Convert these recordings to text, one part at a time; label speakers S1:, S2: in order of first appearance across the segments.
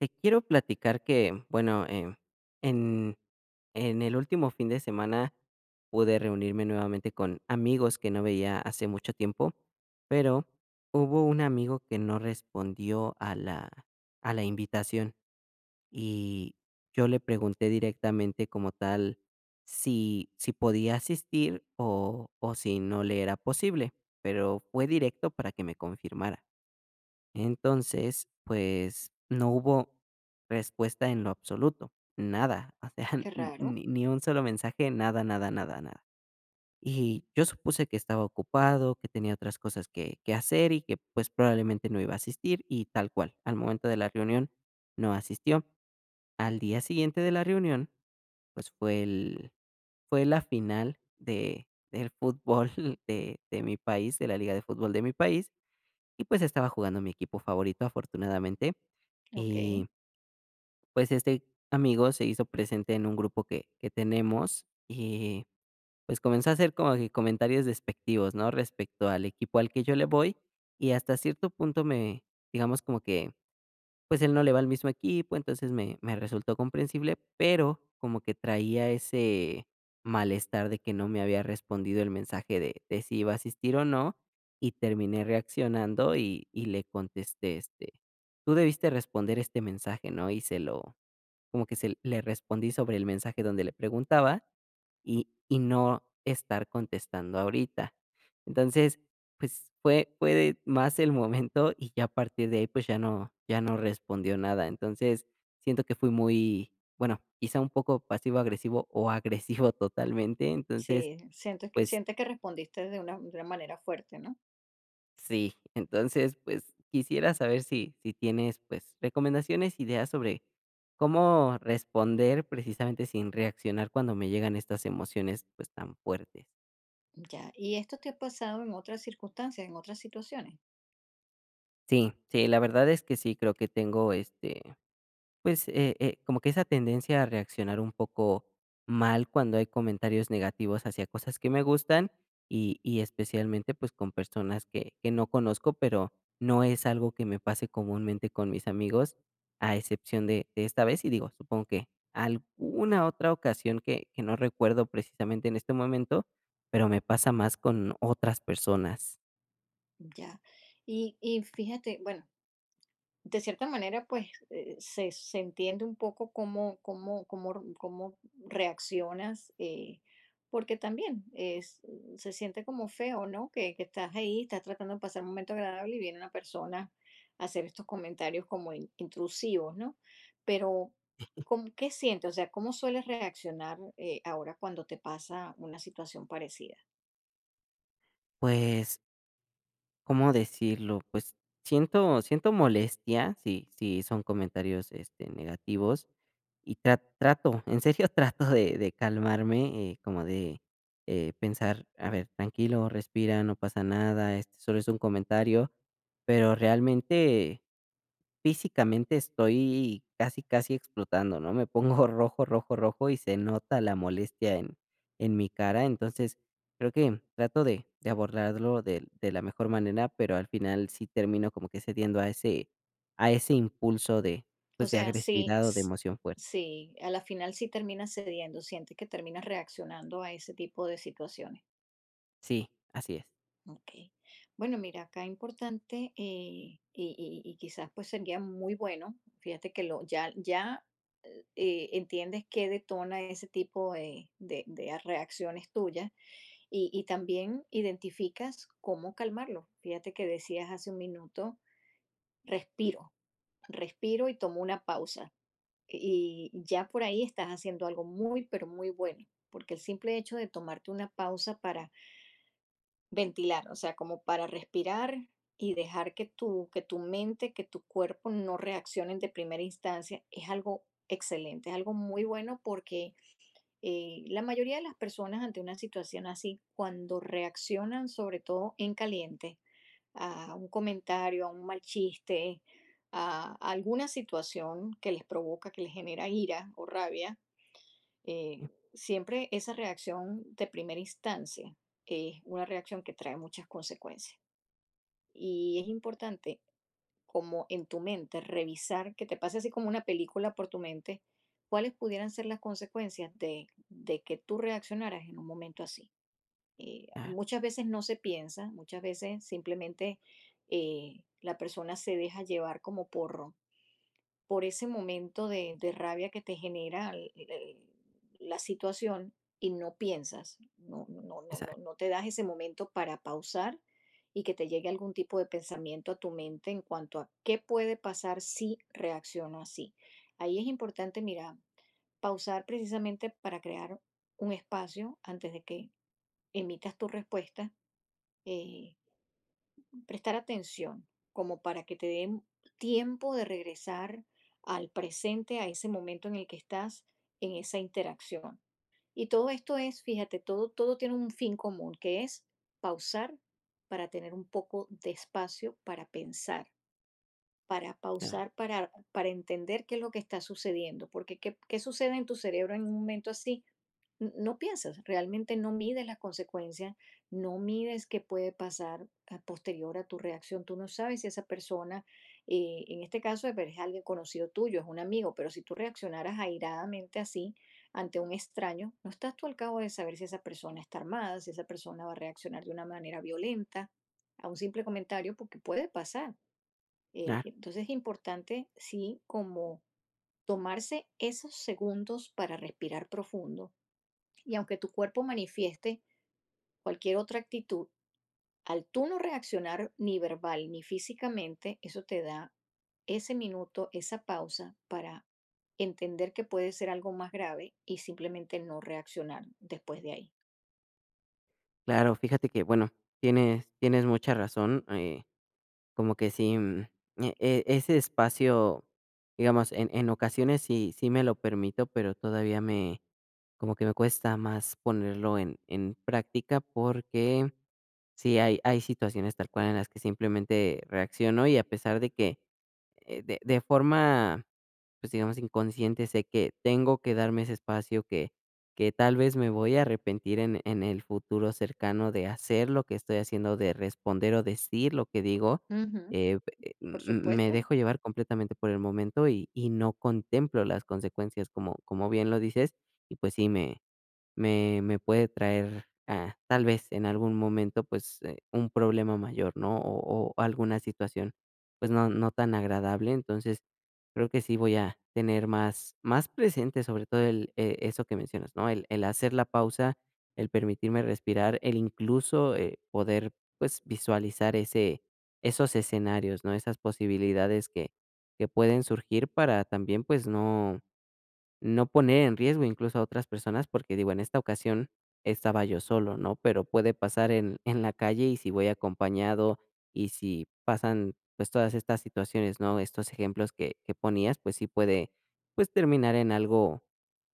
S1: Te quiero platicar que, bueno, en, en el último fin de semana pude reunirme nuevamente con amigos que no veía hace mucho tiempo, pero hubo un amigo que no respondió a a la invitación y yo le pregunté directamente como tal si podía asistir o si no le era posible, pero fue directo para que me confirmara. Entonces, pues, no hubo respuesta en lo absoluto, nada, o sea,
S2: Qué
S1: n
S2: raro,
S1: ni ni un solo mensaje, nada, nada, nada, nada. Y yo supuse que estaba ocupado, que tenía otras cosas que hacer y que, pues, probablemente no iba a asistir y tal cual. Al momento de la reunión no asistió. Al día siguiente de la reunión, pues, fue la final de del fútbol de mi país, de la liga de fútbol de mi país. Y pues estaba jugando mi equipo favorito, afortunadamente. Y
S2: okey.
S1: pues este amigo se hizo presente en un grupo que tenemos y pues comenzó a hacer como que comentarios despectivos, ¿no? Respecto al equipo al que yo le voy y hasta cierto punto me, digamos como que pues él no le va al mismo equipo, entonces me resultó comprensible, pero como que traía ese malestar de que no me había respondido el mensaje de si iba a asistir o no, y terminé reaccionando y le contesté, este: "Tú debiste responder este mensaje, ¿no?". Y se lo como que se le respondí sobre el mensaje donde le preguntaba y no estar contestando ahorita. Entonces, pues, fue de más el momento y ya a partir de ahí, pues, ya no respondió nada. Entonces, siento que fui muy, bueno, quizá un poco pasivo agresivo o agresivo totalmente. Entonces,
S2: Sí,
S1: pues,
S2: sientes que respondiste de una manera fuerte, ¿no?
S1: sí, entonces, pues, quisiera saber si tienes, pues, recomendaciones, ideas sobre cómo responder precisamente sin reaccionar cuando me llegan estas emociones, pues, tan fuertes.
S2: Ya, ¿y esto te ha pasado en otras circunstancias, en otras situaciones?
S1: Sí, sí, la verdad es que sí, creo que tengo, este, pues, como que esa tendencia a reaccionar un poco mal cuando hay comentarios negativos hacia cosas que me gustan y especialmente, pues, con personas que no conozco, pero no es algo que me pase comúnmente con mis amigos, a excepción de esta vez, y digo, supongo que alguna otra ocasión que no recuerdo precisamente en este momento, pero me pasa más con otras personas.
S2: Ya. Y fíjate, bueno, de cierta manera, pues se, se entiende un poco cómo reaccionas, porque también es, se siente como feo, ¿no? Que estás ahí, estás tratando de pasar un momento agradable y viene una persona a hacer estos comentarios como intrusivos, ¿no? Pero, ¿cómo- qué sientes? O sea, ¿cómo sueles reaccionar ahora cuando te pasa una situación parecida?
S1: Pues, ¿cómo decirlo? Pues, siento molestia, si son comentarios, este, negativos, y trato, en serio, trato de calmarme, como de, pensar: "A ver, tranquilo, respira, no pasa nada, este solo es un comentario", pero realmente físicamente estoy casi, casi explotando, ¿no? Me pongo rojo, rojo, rojo y se nota la molestia en mi cara. Entonces, creo que trato de abordarlo de la mejor manera, pero al final sí termino como que cediendo a ese impulso de,
S2: O
S1: pues, de
S2: sea, sí,
S1: agresividad o de emoción fuerte.
S2: sí, a la final sí terminas cediendo, sientes que terminas reaccionando a ese tipo de situaciones.
S1: Sí, así es.
S2: Ok. Bueno, mira, acá importante y, y quizás pues sería muy bueno, fíjate que lo, ya entiendes qué detona ese tipo de, de reacciones tuyas y también identificas cómo calmarlo. Fíjate que decías hace un minuto, respiro, respiro y tomo una pausa. Y ya por ahí estás haciendo algo muy, pero muy bueno, porque el simple hecho de tomarte una pausa para ventilar, o sea, como para respirar y dejar que tu mente, que tu cuerpo no reaccionen de primera instancia, es algo excelente, es algo muy bueno porque la mayoría de las personas ante una situación así, cuando reaccionan, sobre todo en caliente, a un comentario, a un mal chiste, a alguna situación que les provoca, que les genera ira o rabia, eh, siempre esa reacción de primera instancia es una reacción que trae muchas consecuencias. Y es importante, como en tu mente, revisar, que te pase así como una película por tu mente, cuáles pudieran ser las consecuencias de que tú reaccionaras en un momento así.
S1: Ah,
S2: Muchas veces no se piensa, muchas veces simplemente la persona se deja llevar como porro por ese momento de rabia que te genera la situación y no piensas,
S1: exacto.
S2: no te das ese momento para pausar y que te llegue algún tipo de pensamiento a tu mente en cuanto a qué puede pasar si reacciono así. Ahí es importante, mira, pausar precisamente para crear un espacio antes de que emitas tu respuesta. eh, Prestar atención, como para que te den tiempo de regresar al presente, a ese momento en el que estás en esa interacción. Y todo esto es, fíjate, todo, todo tiene un fin común, que es pausar para tener un poco de espacio para pensar, para
S1: Ah,
S2: pausar, para entender qué es lo que está sucediendo, porque qué, qué sucede en tu cerebro en un momento así, no piensas, realmente no mides las consecuencias, no mides qué puede pasar a posterior a tu reacción. Tú no sabes si esa persona, en este caso es alguien conocido tuyo, es un amigo, pero si tú reaccionaras airadamente así ante un extraño, no estás tú al cabo de saber si esa persona está armada, si esa persona va a reaccionar de una manera violenta a un simple comentario, porque puede pasar.
S1: claro,
S2: Entonces es importante, sí, como tomarse esos segundos para respirar profundo y aunque tu cuerpo manifieste cualquier otra actitud, al tú no reaccionar ni verbal ni físicamente, eso te da ese minuto, esa pausa para entender que puede ser algo más grave y simplemente no reaccionar después de ahí.
S1: claro. Fíjate que, bueno, tienes, tienes mucha razón. Como que sí, ese espacio, digamos, en ocasiones sí sí me lo permito, pero todavía me como que me cuesta más ponerlo en práctica porque sí, hay hay situaciones tal cual en las que simplemente reacciono y a pesar de que, de forma, pues, digamos, inconsciente, sé que tengo que darme ese espacio, que tal vez me voy a arrepentir en el futuro cercano de hacer lo que estoy haciendo, de responder o decir lo que digo,
S2: Ujú,
S1: pe m
S2: por
S1: me
S2: supuesto,
S1: dejo llevar completamente por el momento y no contemplo las consecuencias, como como bien lo dices, y pues sí, me puede traer, tal vez en algún momento, pues, un problema mayor, ¿no? O alguna situación, pues, no no tan agradable. Entonces, creo que sí voy a tener más más presente, sobre todo el, eso que mencionas, ¿no? El hacer la pausa, el permitirme respirar, el incluso, poder, pues, visualizar ese esos escenarios, ¿no? Esas posibilidades que pueden surgir para también, pues, no no poner en riesgo incluso a otras personas, porque digo, en esta ocasión estaba yo solo, ¿no? Pero puede pasar en en la calle y si voy acompañado y si pasan, pues, todas estas situaciones, ¿no? Estos ejemplos que ponías, pues sí puede, pues, terminar en algo,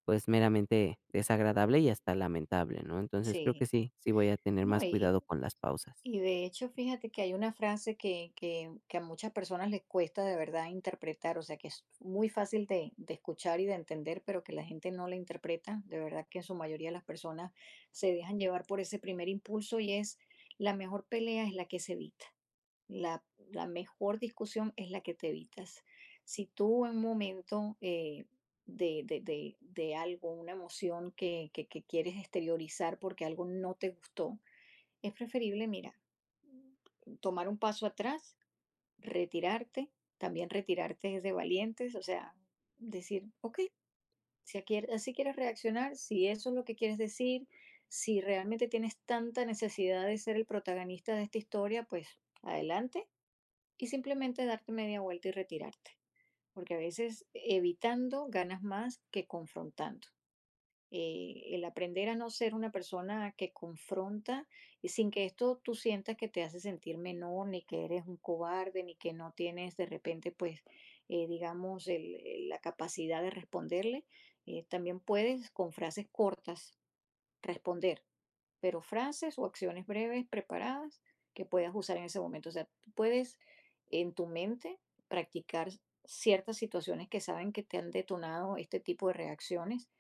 S1: pues, meramente desagradable y hasta lamentable, ¿no? Entonces, creo que
S2: sí.
S1: sí, sí voy a tener
S2: No,
S1: más
S2: y,
S1: cuidado con las pausas.
S2: Y de hecho, fíjate que hay una frase que a muchas personas les cuesta de verdad interpretar, o sea, que es muy fácil de escuchar y de entender, pero que la gente no la interpreta. De verdad que en su mayoría las personas se dejan llevar por ese primer impulso y es la mejor pelea es la que se evita. La, la mejor discusión es la que te evitas. Si tú en un momento de, de algo, una emoción que, que quieres exteriorizar porque algo no te gustó, es preferible, mira, tomar un paso atrás, retirarte, también retirarte es de valientes, o sea, decir, ok, si aquí, así quieres reaccionar, si eso es lo que quieres decir, si realmente tienes tanta necesidad de ser el protagonista de esta historia, pues adelante y simplemente darte media vuelta y retirarte, porque a veces evitando ganas más que confrontando el aprender a no ser una persona que confronta y sin que esto tú sientas que te hace sentir menor, ni que eres un cobarde, ni que no tienes de repente, pues, digamos, la capacidad de responderle. También puedes con frases cortas responder pero frases o acciones breves preparadas que puedas usar en ese momento. O sea, tú puedes en tu mente practicar ciertas situaciones que saben que te han detonado este tipo de reacciones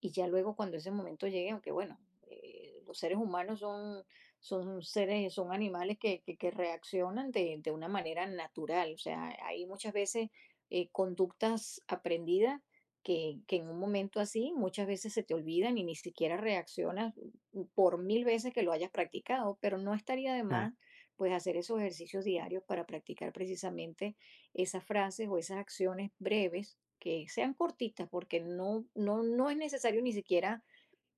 S2: y ya luego cuando ese momento llegue, aunque bueno, los seres humanos son, son seres, son animales que, que reaccionan de una manera natural. O sea, hay muchas veces conductas aprendidas que en un momento así muchas veces se te olvidan y ni siquiera reaccionas por mil veces que lo hayas practicado, pero no estaría de más pues hacer esos ejercicios diarios para practicar precisamente esas frases o esas acciones breves que sean cortitas, porque no es necesario ni siquiera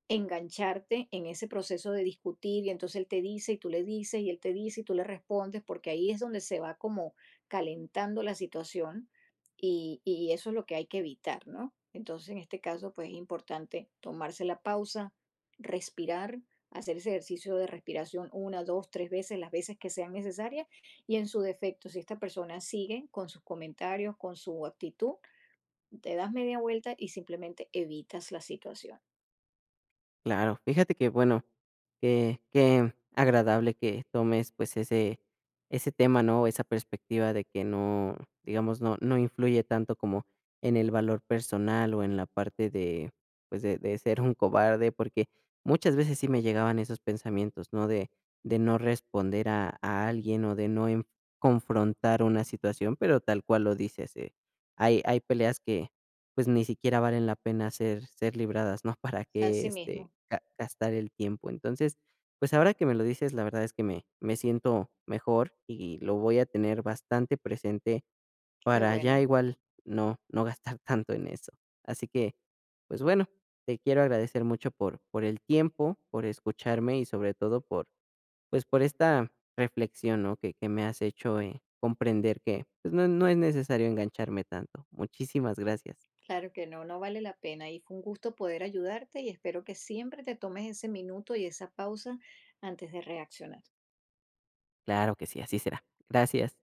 S2: engancharte en ese proceso de discutir y entonces él te dice y tú le dices y él te dice y tú le respondes, porque ahí es donde se va como calentando la situación y eso es lo que hay que evitar, ¿no? Entonces en este caso pues es importante tomarse la pausa, respirar, hacer ese ejercicio de respiración una, dos, tres veces, las veces que sean necesarias y en su defecto, si esta persona sigue con sus comentarios, con su actitud, te das media vuelta y simplemente evitas la situación.
S1: Claro, fíjate que bueno, que qué agradable que tomes pues ese ese tema, ¿no? Esa perspectiva de que no, digamos, no no influye tanto como en el valor personal o en la parte de pues de ser un cobarde, porque muchas veces sí me llegaban esos pensamientos, ¿no? De no responder a alguien o de no confrontar una situación, pero tal cual lo dices, hay hay peleas que pues, ni siquiera valen la pena ser libradas, ¿no? ¿Para qué,
S2: Así
S1: este,
S2: mismo.
S1: ga gastar el tiempo? Entonces, pues, ahora que me lo dices, la verdad es que me siento mejor y lo voy a tener bastante presente
S2: Qué
S1: para ya
S2: bueno,
S1: igual no no gastar tanto en eso. Así que, pues, bueno, te quiero agradecer mucho por el tiempo, por escucharme y sobre todo por, pues, por esta reflexión, ¿no? Que me has hecho, comprender que, pues, no no es necesario engancharme tanto. Muchísimas gracias.
S2: claro que no, no vale la pena. Y fue un gusto poder ayudarte y espero que siempre te tomes ese minuto y esa pausa antes de reaccionar.
S1: Claro que sí, así será. Gracias.